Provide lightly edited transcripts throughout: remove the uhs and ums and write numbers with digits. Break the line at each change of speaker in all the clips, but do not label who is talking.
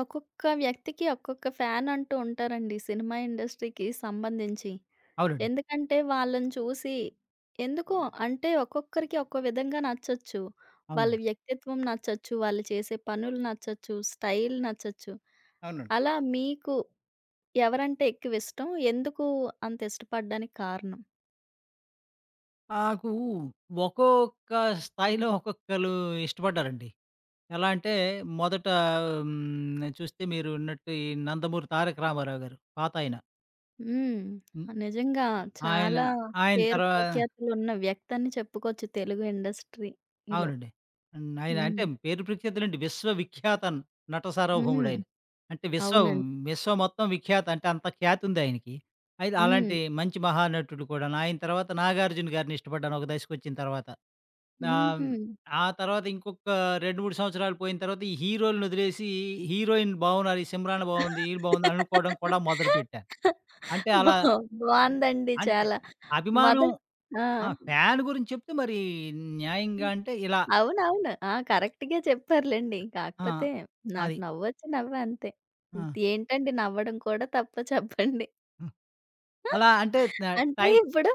ఒక్కొక్క వ్యక్తికి ఒక్కొక్క ఫ్యాన్ అంటూ ఉంటారండి సినిమా ఇండస్ట్రీకి సంబంధించి.
అవునండి.
ఎందుకంటే వాళ్ళని చూసి ఎందుకో అంటే ఒక్కొక్కరికి ఒక్కో విధంగా నచ్చొచ్చు. వాళ్ళ
అవును.
వ్యక్తిత్వం నచ్చొచ్చు, వాళ్ళు చేసే పనులు నచ్చొచ్చు, స్టైల్ నచ్చొచ్చు.
అవునండి.
అలా మీకు ఎవరంటే ఎక్కువ ఇష్టం? ఎందుకు అంత ఇష్టపడడానికి కారణం?
నాకు ఒక్కొక్క స్థాయిలో ఒక్కొక్కళ్ళు ఇష్టపడ్డారండి. ఎలా అంటే మొదట చూస్తే మీరున్నట్టు ఈ 'నందమూరి తారక రామారావు' గారు పాతాయన.
హ్మ్.
హ్మ్.
నిజంగా
ఆయన
చాలా
ఆయన
పేరు
తర్వా
ప్రఖ్యాతులున్న వ్యక్తి అని చెప్పుకోవచ్చు తెలుగు ఇండస్ట్రీలో.
అవునండి. హ్మ్. ఆయన అంటే
హ్మ్.
పేరు ప్రఖ్యాతులండి. విశ్వవిఖ్యాత నట
హ్మ్.
సార్వభౌముడయన. అంటే విశ్వం
అవునండి.
విశ్వం మొత్తం విఖ్యాత అంటే అంత ఖ్యాతుంది ఆయనకి. అయితే
హ్మ్.
అలాంటి మంచి మహానటుడు కూడాను. ఆయన తర్వాత 'నాగార్జున' గారిని ఇష్టపడ్డాను ఒక దశకొచ్చిన తర్వాత. ఆహ్,
హుహు.
ఆ తర్వాత ఇంకొక 2, 3 సంవత్సరాలు పోయిన తర్వాత ఈ హీరోలనొదిలేసి హీరోయిన్ బాగున్నారు. ఈ 'సిమ్రాన్' బాగుంది, ఈళ్ళు బాగుంది అనుకోవడం కూడా మొదలుపెట్టాను. అంటే
బా
అలా
బావుందండి
అంటే
చాలా.
అభిమానం
మొదట్ ఆ!
ఆ! ఫ్యాన్ గురించి చెప్తే మరి న్యాయంగా
హ్మ్.
అంటే ఇలా
అవునవును. ఆ! కరెక్ట్‌గే చెప్పారులెండి.
ఆ!
కాకపోతే నాకు
అది.
నవ్వొచ్చి నవ్వా అంతే.
ఆ!
ఏంటండి నవ్వడం కూడా తప్ప చెప్పండి?
హ్మ్. అలా అంటే త
అంటే
టైం
ఇప్పుడు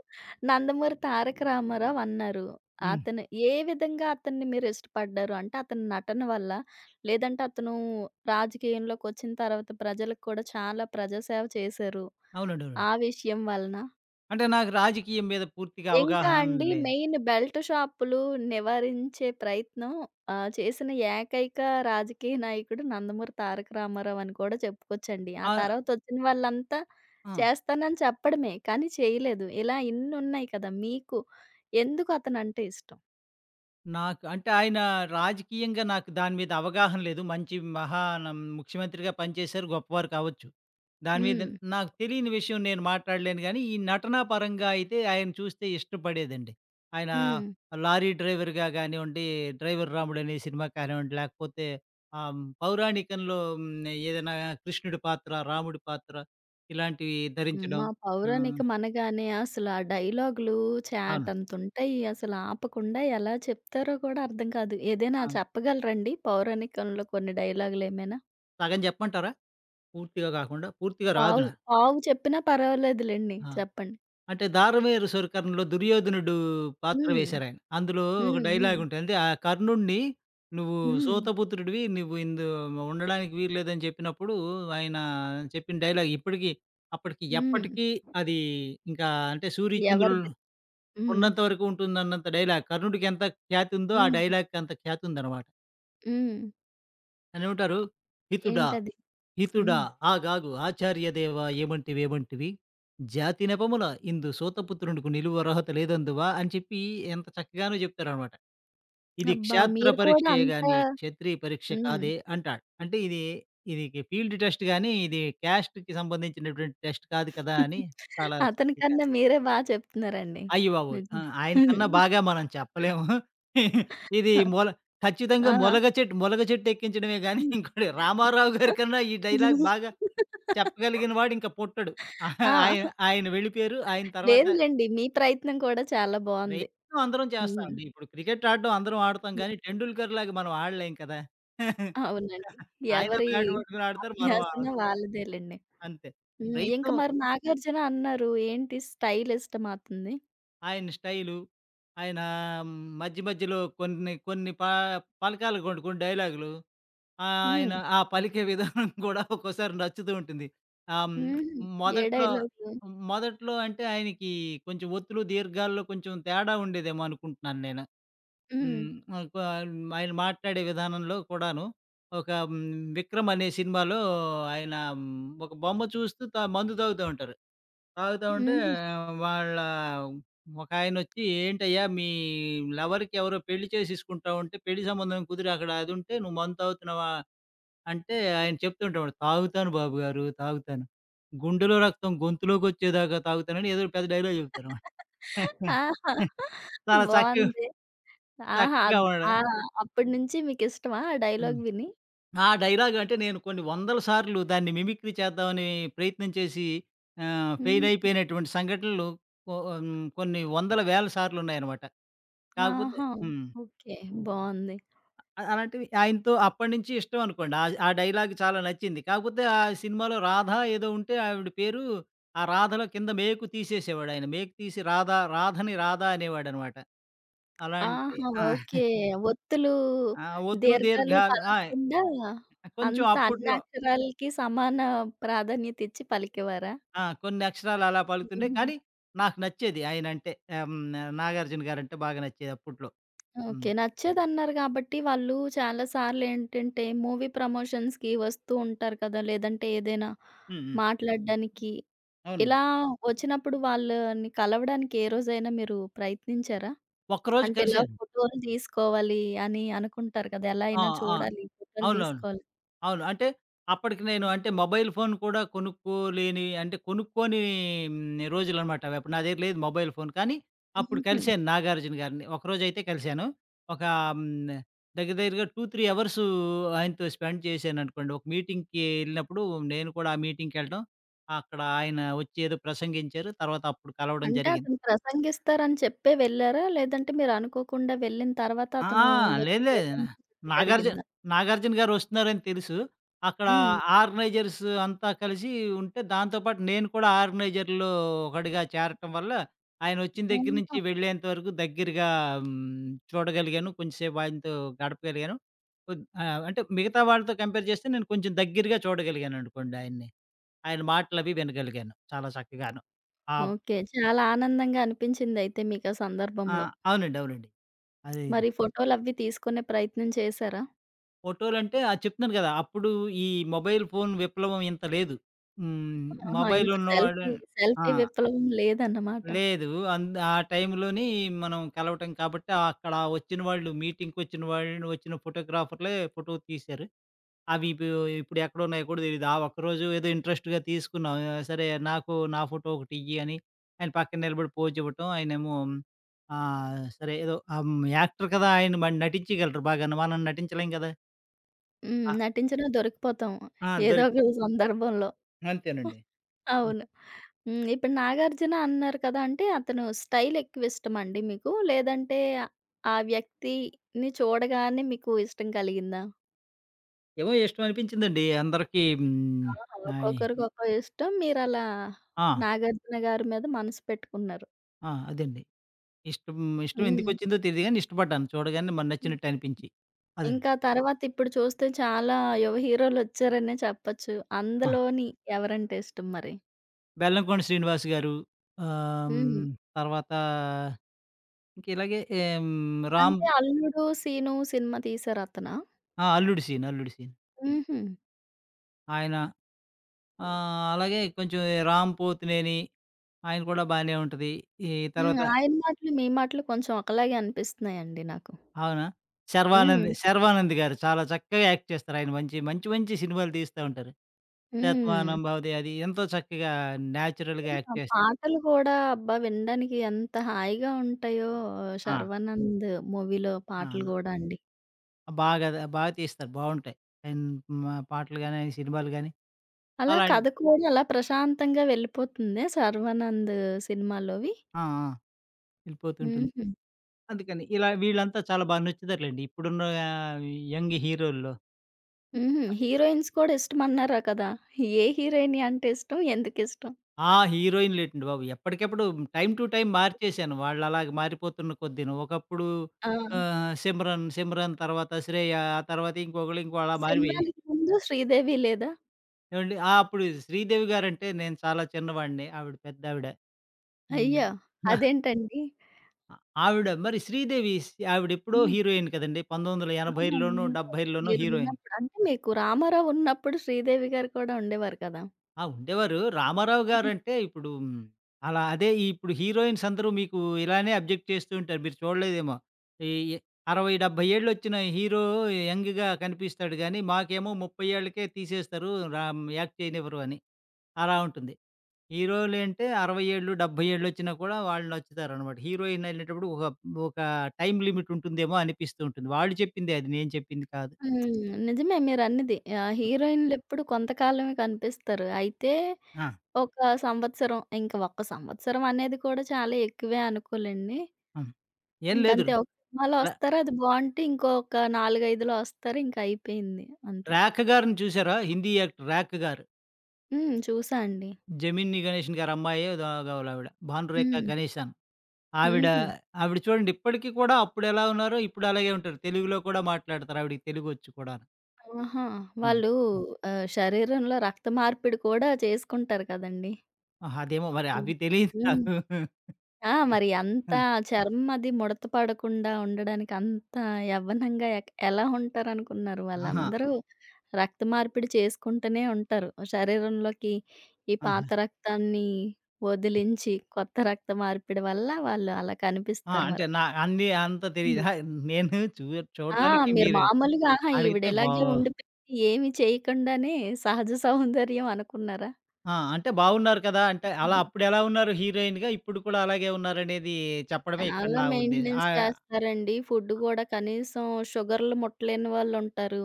'నందమూరి తారక రామారావు' అన్నారు.
హ్మ్.
అతను ఏ విధంగా అతన్ని మీరిష్టపడ్డారు? అంటే అతని నటన వల్ల? లేదంటే అతను రాజకీయంలోకొచ్చిన తర్వాత ప్రజలకు కూడా చాలా ప్రజాసేవ చేశారు.
అవునండి. అవునండి.
ఆ విషయం వలన?
అంటే నాకు రాజకీయం మీద పూర్తిగా
ఇంకా
అవగాహన
అండి
లేదు.
మెయిన్ బెల్ట్ షాపులు నివారించే ప్రయత్నం చేసిన ఏకైక రాజకీయ నాయకుడు 'నందమూరి తారక రామారావు' అని కూడా చెప్పుకోవచ్చండి. ఆ
ఆ!
తర్వాతొచ్చిన వాళ్ళంతా
ఆ!
చేస్తానని చెప్పడమే. కానీ చేయలేదు. ఇలా ఇన్నున్నాయి కదా! మీకు ఎందుకు అతనంటే ఇష్టం?
నాకు అంటే ఆయన రాజకీయంగా నాకు దాని మీద అవగాహన లేదు. మంచి మహా నం ముఖ్యమంత్రిగా పనిచేశారు. గొప్పవారు కావచ్చు. దాని మీద
హ్మ్.
నాకు తెలియని విషయం నేను మాట్లాడలేను గానీ, ఈ నటనా పరంగా అయితే ఆయన చూస్తే ఇష్టపడేదండి. ఆయన
హ్మ్.
లారీ డ్రైవర్‌గా గానివ్వండి, 'డ్రైవర్ రాముడు' అనే సినిమా కానివ్వండి, లేకపోతే పౌరాణికంలో ఏదైనా కృష్ణుడి పాత్ర, రాముడి పాత్ర ఇలాంటివి ధరించడం.
మా
ఆ!
పౌరాణికం అనగానే అసలు ఆ డైలాగులు
అవును.
చాటంతుంటాయి. అసలు ఆపకుండా ఎలా చెప్తారో కూడా అర్థం కాదు. ఏదైనా
అవును.
చెప్పగలరండి పౌరాణికంలో కొన్ని డైలాగులేమైనా?
సగం చెప్పమంటారా? పూర్తిగా కాకుండా పూర్తిగా రాదు
పావు
నా
పావు చెప్పినా పర్వాలేదులెండి.
ఆ!
చెప్పండి.
అంటే 'దారుమేరు సూర కర్ణ'లో దుర్యోధనుడు పాత్ర
హ్మ్.
వేశారాయన. అందులో ఒక
హ్మ్. హ్మ్.
డైలాగ్ ఉంటది. అంటే ఆ కర్ణుడిని "నువ్వు
హ్మ్.
సూతపుత్రుడివి. నువ్వు ఇందు ఉండడానికి వీల్లేదని" చెప్పినప్పుడు ఆయన చెప్పిన డైలాగ్ ఇప్పటికి అప్పటికి
హ్మ్.
ఎప్పటికీ అది ఇంకా అంటే
ఎవరి
సూర్యచంద్రులు
గురి హ్మ్.
ఉన్నంత వరకు ఉంటుందన్నంత డైలాగ్. కర్ణుడికి ఎంత ఖ్యాతి ఉందో ఆ
హ్మ్.
డైలాగ్‌కి అంత ఖ్యాతి ఉందనమాట.
హ్మ్.
అని ఉంటారు "హితుడా"
ఏంటది?
హితుడా
హ్మ్.
ఆగాగు ఆచార్యదేవా ఏమంటివేమంటివి జాతి నెపముల ఇందు సూతపుత్రునికి నిలువు అర్హత లేదందువా అని చెప్పి ఎంత చక్కగానో చెప్తాడనమాట. ఇది
అబ్బా!
క్షాత్ర
మీరు కూడా
పరీక్షయే
అంత
గాని క్షత్రియ పరీక్ష
హ్మ్.
కాదే అంటాడు. అంటే ఇది ఇది ఫీల్డ్ టెస్ట్ గాని ఇది క్యాస్ట్‌కి సంబంధించినటువంటి టెస్ట్ కాదు కదా! అని చాలా చక్కగా
అతనికన్నా మీరే బా చెప్తున్నారండి.
అయ్యబాబోయ్! ఆ!
నిజంగా.
ఆయనకన్నా బాగా మనం చెప్పలేము. ఇది
ఆ!
మూల ఖచ్చితంగా
ఆ!
మొలగ చెట్టు ఎక్కించడమే గాని
హ్మ్.
ఇంకోటి రామారావు గారి కన్నా ఈ డైలాగ్ బాగా చెప్పగలిగిన వాడు ఇంక పుట్టడు.
ఆ!
ఆయన ఆయన వెళ్ళిపోయారు. ఆయన తర్వాత
లేదులెండి. మీ ప్రయత్నం కూడా చాలా బావుంది.
ప్రయత్నం అందరం
హ్మ్.
చేస్తామండి. ఇప్పుడు క్రికెట్ ఆడడం అందరం ఆడుతాం
హ్మ్.
గానీ, టెండూల్కర్ లాగా మనం ఆడలేం కదా!
అవునండి.
ఆయన
ఎవరి
బ్యాట్ పట్టుకొని ఆడతారు. మనం ఆ
అభ్యాసన వాళ్ళదేలెండి.
అంతే.
హ్మ్. ఇంక
ప్రయత్నం
మరి 'నాగార్జున' అన్నారు. ఏంటి స్టైల్ ఇష్టమా అతనిది?
ఆయన స్టైలు, ఆయన మధ్య మధ్యలో కొన్ని కొన్ని ప పలకాలు కొన్ని కొన్ని డైలాగులు ఆయన
హ్మ్.
ఆ పలికే విధానం కూడా ఒక్కోసారి నచ్చుతూ ఉంటుంది. ఆహ్,
హుహు.
హ్మ్.
ఏ
మొదట్లో
డైలాగు?
మొదట్లో అంటే ఆయనకి కొంచెం ఒత్తులు, దీర్ఘాల్లో కొంచెం తేడా ఉండేదేమో అనుకుంటున్నాను నేను.
హ్మ్.
హ్మ్. ఒక ఆయన మాట్లాడే విధానంలో కూడాను. ఒక హ్మ్. 'విక్రమ్' అనే సినిమాలో ఆయన ఒక బొమ్మ చూస్తూ త మందు తాగుతా ఉంటారు. తాగుతా ఉంటే
హుహు.
ఆ, వాళ్ళ ఒకాయనొచ్చి "ఏంటయ్యా మీ లవర్‌కి ఎవరో పెళ్లి చేసేసుకుంటా ఉంటే పెళ్లి సంబంధం కుదిరి అక్కడ అదుంటే నువ్వు మందు తాగుతున్నావా?" అంటే ఆయన చెప్తుంటాడు. "తాగుతాను బాబుగారు, తాగుతాను. గుండెలో రక్తం గొంతులోకొచ్చేదాకా తాగుతానని" ఏదో పెద్ద డైలాగ్ చెప్తారనమాట.
ఆహా!
చాలా చక్కగా
బావుంది. ఆహా!
చక్కగా వాడా
ఆ! అప్పటి నుంచి మీకిష్టమా ఆ
హ్మ్.
డైలాగ్ విని?
ఆ డైలాగ్ అంటే నేను కొన్ని వందల సార్లు దాన్ని మిమిక్రీ చేద్దామని ప్రయత్నం చేసి ఫెయిల్
హ్మ్.
అయిపోయినటువంటి సంఘటనలు కొ కొన్ని వందల వేల సార్లున్నాయనమాట. కాకపోతే
ఆహా!
హ్మ్.
ఓకే. బావుంది.
అ అలాంటివి ఆయనతో అప్పటినుంచి ఇష్టం అనుకోండి. ఆ డైలాగ్ చాలా నచ్చింది. కాకపోతే ఆ సినిమాలో రాధ ఏదో ఉంటే ఆవిడ పేరు ఆ రాధలో కింద మేకు తీసేసేవాడాయన. మేకు తీసి రాధ రాధని రాధ అనేవాడనమాట. అలాంటి
ఆహా!
ఆ!
ఓకే. ఒత్తులు,
ఆ! ఒత్తులు,
దీర్ఘాలు
దీర్ఘాలు ఆయ్
పలకకుండా
కొంచెం
అంత అన్ని
అప్పట్లో
అక్షరాలకి సమాన ప్రాధాన్యత ఇచ్చి పలికేవారా?
ఆ! కొన్ని అక్షరాలు అలా పలుకుతుండే.
హ్మ్.
కానీ నాకు నచ్చేది ఆయనంటే. ఆహ్, హ్మ్. 'నాగార్జున' గారంటే బాగా నచ్చేది అప్పట్లో.
ఓకే.
హ్మ్.
నచ్చేదన్నారు కాబట్టి వాళ్ళు చాలా సార్లేంటంటే, మూవీ ప్రమోషన్స్‌కి వస్తూ ఉంటారు కదా! లేదంటే ఏదైనా
హ్మ్. హ్మ్.
మాట్లాడడానికి
అవునండి.
ఇలా వచ్చినప్పుడు వాళ్ళని కలవడానికి ఏ రోజైనా మీరు ప్రయత్నించారా?
ఒక్కరోజు
అంటే ఇలా
కలిసాను.
ఫోటోలు తీసుకోవాలి అని అనుకుంటారు కదా! ఎలా
ఆ!
అయినా
ఆ!
చూడాలి, ఫోటోలు
అవునవును.
తీసుకోవాలి.
అవును. అంటే అప్పటికి నేను అంటే మొబైల్ ఫోన్ కూడా కొనుక్కోలేని అంటే కొనుక్కోని రోజులనమాట. అవప్పుడు నా దగ్గర లేదు మొబైల్ ఫోన్. కానీ అప్పుడు
హుహు.
కలిసాను 'నాగార్జున' గారిని. ఒకరోజైతే కలిసాను. ఒక హ్మ్, దగ్గర దగ్గరగా 2, 3 అవర్సు ఆయనతో స్పెండ్ చేశాననుకోండి. ఒక మీటింగ్‌కి ఎళ్ళినప్పుడు నేను కూడా ఆ మీటింగ్‌కెళ్ళడం, అక్కడ ఆయన వచ్చి ఏదో ప్రసంగించారు. తర్వాత అప్పుడు కలవడం
అంటే
జరిగింది.
అతను ప్రసంగిస్తారని చెప్పే వెళ్లారా? లేదంటే మీరు అనుకోకుండా వెళ్ళిన తర్వాత
ఆ!
అతను
ఆ!
వచ్చి
లేదు లేదు.
ప్రసంగించడం
నాగార్జున
జరిగిందా?
'నాగార్జున' గారొస్తున్నారని తెలుసు. అక్కడ
హ్మ్.
ఆర్గనైజర్స్ అంతా కలిసి ఉంటే, దాంతో పాటు నేను కూడా ఆర్గనైజర్‌లో ఒకడిగా చేరటం వల్ల, ఆయనొచ్చిన దగ్గర
ఆహా!
నుంచి వెళ్ళేంత వరకు దగ్గరగా హ్మ్, చూడగలిగాను. కొంచెంసేపు ఆయనతో గడపగలిగాను. కొద్ అంటే మిగతా వాళ్ళతో కంపేర్ చేస్తే నేను కొంచెం దగ్గరగా చూడగలిగాననుకోండి ఆయన్ని. ఆయన మాటలవి వినగలిగాను చాలా చక్కగాను. ఆహ్,
ఓకే. చాలా ఆనందంగా అనిపించిందయితే మీకా
ఆ!
సందర్భంలో.
అవునండి. అవునండి. అది
మరి ఫోటోలవి తీసుకునే ప్రయత్నం చేశారా?
ఫోటోలంటే చెప్తున్నాను గదా! అప్పుడు ఈ మొబైల్ ఫోన్ విప్లవం ఇంత లేదు. హ్మ్.
ఆహా!
మొబైల్
ఇంత
ఉన్నవాడు
సెల్ఫీ
ఆ!
సెల్ఫీ విప్లవం లేదన్నమాట.
లేదు. అంద ఆ టైంలోని మనం కలవటం కాబట్టి అక్కడ వచ్చిన వాళ్ళు మీటింగ్‌కొచ్చిన వాళ్ళు వచ్చిన ఫోటోగ్రాఫర్‌లే ఫోటో తీశారు. అవి ఇపు ఇప్పుడు ఎక్కడున్నాయో కూడా తెలీదు. ఆ ఒక్కరోజు ఏదో ఇంట్రెస్ట్‌గా తీసుకున్నాం. సరే నాకు నా ఫోటో ఒకటియ్యి అని ఆయన పక్కన నిలబడి పోజివ్వటం. ఆయనేమో సరే ఏదో యాక్టర్ కదా! ఆయన మరి నటించగలరు బాగాను. మనం నటించలేం గదా!
హ్మ్.
ఆ!
నటించినా దొరికిపోతాం.
ఆ!
ఏదో
దొరికి
ఒక సందర్భంలో.
అంతేనండి. హ్మ్.
అవును. హ్మ్. ఇప్పుడు 'నాగార్జున' అన్నారు కదా! అంటే అతను స్టైల్ ఎక్కువిష్టమండి మీకు? లేదంటే ఆ వ్యక్తిని చూడగానే మీకు ఇష్టం కలిగిందా?
ఏమో ఇష్టం అనిపించిందండి. అందరికీ హ్మ్.
ఆహా!
అయి
ఒక్కొక్కరికి ఒక్కో ఇష్టం. మీరలా
ఆ!
'నాగార్జున' గారి మీద మనసు పెట్టుకున్నారు.
ఆ! అదండి. ఇష్టం, ఇష్టం
హ్మ్.
ఎందుకొచ్చిందో తెలీదు గానీ ఇష్టపడ్డాను. చూడగానే మరి నచ్చినట్టు అనిపించి. అదండి.
ఇంకా తర్వాత ఇప్పుడు చూస్తే చాలా యువ హీరోలొచ్చారనే చెప్పొచ్చు.
ఆ!
అందులోని ఎవరంటే ఇష్టం మరి?
బెల్లంకొండ శ్రీనివాస్ గారు. ఆహ్,
హ్మ్.
హ్మ్. తర్వాత ఇంక ఇలాగే ఏం రామ్
అంటే 'అల్లుడు సీను' సినిమా తీశారతనా?
ఆ! 'అల్లుడు' సీన్, 'అల్లుడు' సీన్.
హుహు.
ఆయన అలాగే కొంచెం 'రామ్ పోతినేని' ఆయన కూడా బానే ఉంటది. ఈ
హ్మ్.
తర్వాత
ఆయన మాటలు, మీ మాటలు కొంచెం ఒకలాగే అనిపిస్తున్నాయండి నాకు.
అవునా?
హ్మ్.
'శర్వానంద్' గారు చాలా చక్కగా యాక్ట్ చేస్తారు. ఆయన మంచి, మంచి, మంచి సినిమాలు తీస్తా ఉంటారు.
హ్మ్.
'శతమానం భవతి' అది ఎంతో చక్కగా న్యాచురల్‌గా
ఇంకా
యాక్ట్ చేస్తారు.
పాటలు కూడా అబ్బా! వినడానికి ఎంత హాయిగా ఉంటాయో
ఆ!
'శర్వానంద్' మూవీలో
ఆ!
పాటలు గూడా అండి.
బాగా ద బాగా తీస్తారు. బావుంటాయి. ఆయన మా పాటలు గాని, ఆయన సినిమాలు గాని
అలా
అలాంటి
కథ కూడా అలా ప్రశాంతంగా వెళ్ళిపోతుందే 'శర్వానంద్' సినిమాలోవి?
ఆ! ఆ! వెళ్ళిపోతుంటుంది.
హుహు.
అందుకని ఇలా వీళ్ళంతా చాలా బాగా నచ్చుతారులెండి. ఇప్పుడున్న యంగ్ హీరోల్లో.
హుహు. హీరోయిన్స్ కూడా ఇష్టమన్నారా కదా! ఏ హీరోయిని అంటే ఇష్టం? ఎందుకిష్టం?
ఆ! హీరోయిన్ లేటండి బాబు. ఎప్పటికెప్పుడు టైమ్ టు టైమ్ మార్చేశాను. వాళ్ళలాగా మారిపోతున్న కొద్దీను. ఒకప్పుడు
ఆ!
సిమ్రన్, తర్వాత శ్రేయ, ఆ తర్వాత ఇంకొకళ్ళు ఇంకో అలా మారిపోయి.
'సిమ్రాన్'కి ముందు 'శ్రీదేవి' లేదా?
ఏవండి ఆ! అప్పుడు శ్రీదేవి గారంటే నేను చాలా చిన్నవాడిని. ఆవిడ పెద్దావిడ. హ్మ్.
అయ్యో!
ఆ!
అదేంటండి?
ఆవిడ మరి శ్రీదేవి స్ ఆవిడెప్పుడో
హ్మ్.
హీరోయిన్ కదండీ!
ఆహా!
1980లోనో, 70లోనో హీరోయిన్.
మీరున్నప్పుడు అంటే మీకు రామారావు ఉన్నప్పుడు శ్రీదేవి గారు కూడా ఉండేవారు కదా!
ఆ! ఉండేవారు. రామారావు
హ్మ్.
గారంటే ఇప్పుడు అలా అదే ఇప్పుడు హీరోయిన్స్ అందరూ మీకు ఇలానే అబ్జెక్ట్ చేస్తూ ఉంటారు. మీరు చూడలేదేమో. ఈ 60, 70 ఏళ్ళొచ్చిన హీరో యంగ్‌గా కనిపిస్తాడు గానీ, మాకేమో 30 ఏళ్ళకే తీసేస్తారు. రామ్ యాక్ట్ చేయనివ్వరు అని. అలా ఉంటుంది. హీరోలేంటే 60 ఏళ్ళు, 70 ఏళ్ళొచ్చినా కూడా వాళ్ళు నచ్చుతారనమాట. హీరోయిన్ అనేటప్పుడు ఒక టైమ్ లిమిట్ ఉంటుందేమో అనిపిస్తూ ఉంటుంది. వాళ్ళు చెప్పిందే అది. నేను చెప్పింది కాదు.
హ్మ్. నిజమే మీరన్నది.
హ్మ్.
హీరోయిన్‌లెప్పుడు కొంతకాలమే కనిపిస్తారు. అయితే
ఆ!
ఒక సంవత్సరం, ఇంక ఒక్క సంవత్సరం అనేది కూడా చాలా ఎక్కువే అనుకోలేండి.
హ్మ్. ఏం లేదు.
ఇంకంతే ఒక సినిమాలో
ర
వస్తారు అది బావుంటే ఇంకొక 4, 5లో వస్తారు ఇంక అయిపోయింది అంతే.
'ర్యాఖ్' గారిని చూసారా? హిందీ యాక్టర్ 'ర్యాఖ్' గారు.
హ్మ్. చూసా అండి.
'జెమినీ గణేషన్' గారి అమ్మాయో ఏదో ఒక ఆవిడ. భానురేఖ
హ్మ్.
గణేశాన్. ఆవిడ,
హుహు.
ఆవిడ చూడండి ఇప్పటికి కూడా అప్పుడెలా ఉన్నారో ఇప్పుడు అలాగే ఉంటారు. తెలుగులో కూడా మాట్లాడతారు. ఆవిడకి తెలుగొచ్చు కూడాను.
ఆహా!
ఆ!
వాళ్ళు శరీరంలో రక్త మార్పిడి కూడా చేసుకుంటారు కదండీ!
ఆహా! అదేమో మరి
హ్మ్.
అవి తెలీదు
హ్మ్.
నాకు.
ఆ! మరి అంత చర్మం అది ముడత పడకుండా ఉండడానికి అంత యవ్వనంగా ఎలా ఉంటారనుకున్నారు?
ఆహా!
వాళ్ళందరూ రక్త మార్పిడి చేసుకుంటూనే ఉంటారు. శరీరంలోకి ఈ
ఆహా!
పాత రక్తాన్ని వదిలించి కొత్త రక్త మార్పిడి వల్ల వాళ్ళు అలా
ఆ!
కనిపిస్తారు
అంటే
మరి.
నా అన్నీ అంత తెలీదు.
హ్మ్.
అహా! నేను చూ
ఆ!
చూడడానికి
మీరు
మీరు
మామూలుగా ఆహా! ఈవిడ
అడిగితే
ఇలాగే
బావు
ఉండిపోయింది ఏమి చేయకుండానే సహజ సౌందర్యం అనుకున్నారా?
ఆ! అంటే బావున్నారు కదా! అంటే అలా అప్పుడెలా ఉన్నారు హీరోయిన్‌గా ఇప్పుడు కూడా అలాగే ఉన్నారనేది చెప్పడమే ఇక్కడ
చాలా
నా ఉద్దేశం.
మెయింటెనెన్స్ చేస్తారండి. ఫుడ్ గూడా కనీసం షుగర్‌లు ముట్టలేని వాళ్ళుంటారు.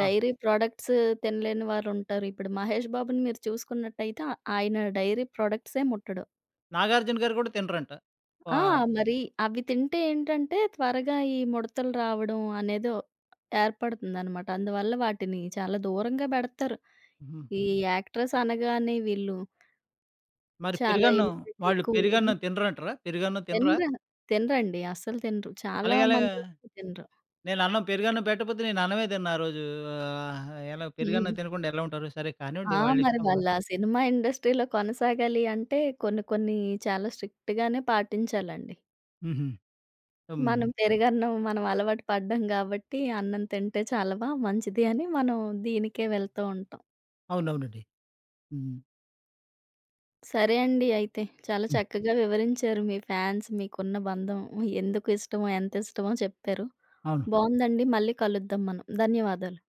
ఆ!
డైరీ ప్రొడక్ట్స్ తినలేని వారుంటారు. ఇప్పుడు 'మహేష్ బాబు'ని మీరు చూసుకున్నట్టయితే ఆయన డైరీ ప్రొడక్ట్సే ముట్టడు.
నాగార్జున గారు కూడా తినరంట. వా
ఆ! మరి అవి తింటే ఏంటంటే త్వరగా ఈ ముడతలు రావడం అనేదో ఏర్పడుతుందనమాట. అందువల్ల వాటిని చాలా దూరంగా బెడతారు.
హ్మ్.
ఈ యాక్టర్స్ అనగానే వీళ్ళు
మరి
చాలా
పెరుగన్నం
ఇమ్యూనిటీ
వాళ్ళు
ఎక్కువున్నవి
పెరుగన్నం తినరంటారా? పెరుగన్నం తినరా?
తినరు. తినరండి. అస్సలు తినరు. చాలా
అలాగే అలాగా
మంది వరకు తినరు.
నేను అన్నం పెరుగన్నం పెట్టకపోతే నేను అన్నమే తినను ఆ రోజు. ఆహ్, ఎలా
హ్మ్.
పెరుగన్నం తినకుండా ఎలా ఉంటారు? సరే కానివ్వండి
ఆ! మరి
వాళ్ళిష్టం.
వాళ్ళా సినిమా ఇండస్ట్రీలో కొనసాగాలి అంటే కొన్ని కొన్ని చాలా స్ట్రిక్ట్‌గానే పాటించాలండి.
హుహు. హ్మ్.
మనం పెరుగన్నం మనం అలవాటు పడ్డాం గాబట్టి, అన్నం తింటే చాలవా మంచిది అని మనం దీనికే వెళ్తూ ఉంటాం.
అవునవునండి. హ్మ్.
సరే అండి అయితే. చాలా
హ్మ్.
చక్కగా వివరించారు మీ ఫ్యాన్స్ మీకున్న బంధం ఎందుకు ఇష్టమో, ఎంత ఇష్టమో చెప్పారు.
అవును.
బావుందండి. మళ్ళీ కలుద్దాం మనం. ధన్యవాదాలు.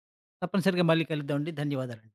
తప్పనిసరిగా మళ్ళీ కలుద్దామండి. ధన్యవాదాలండి.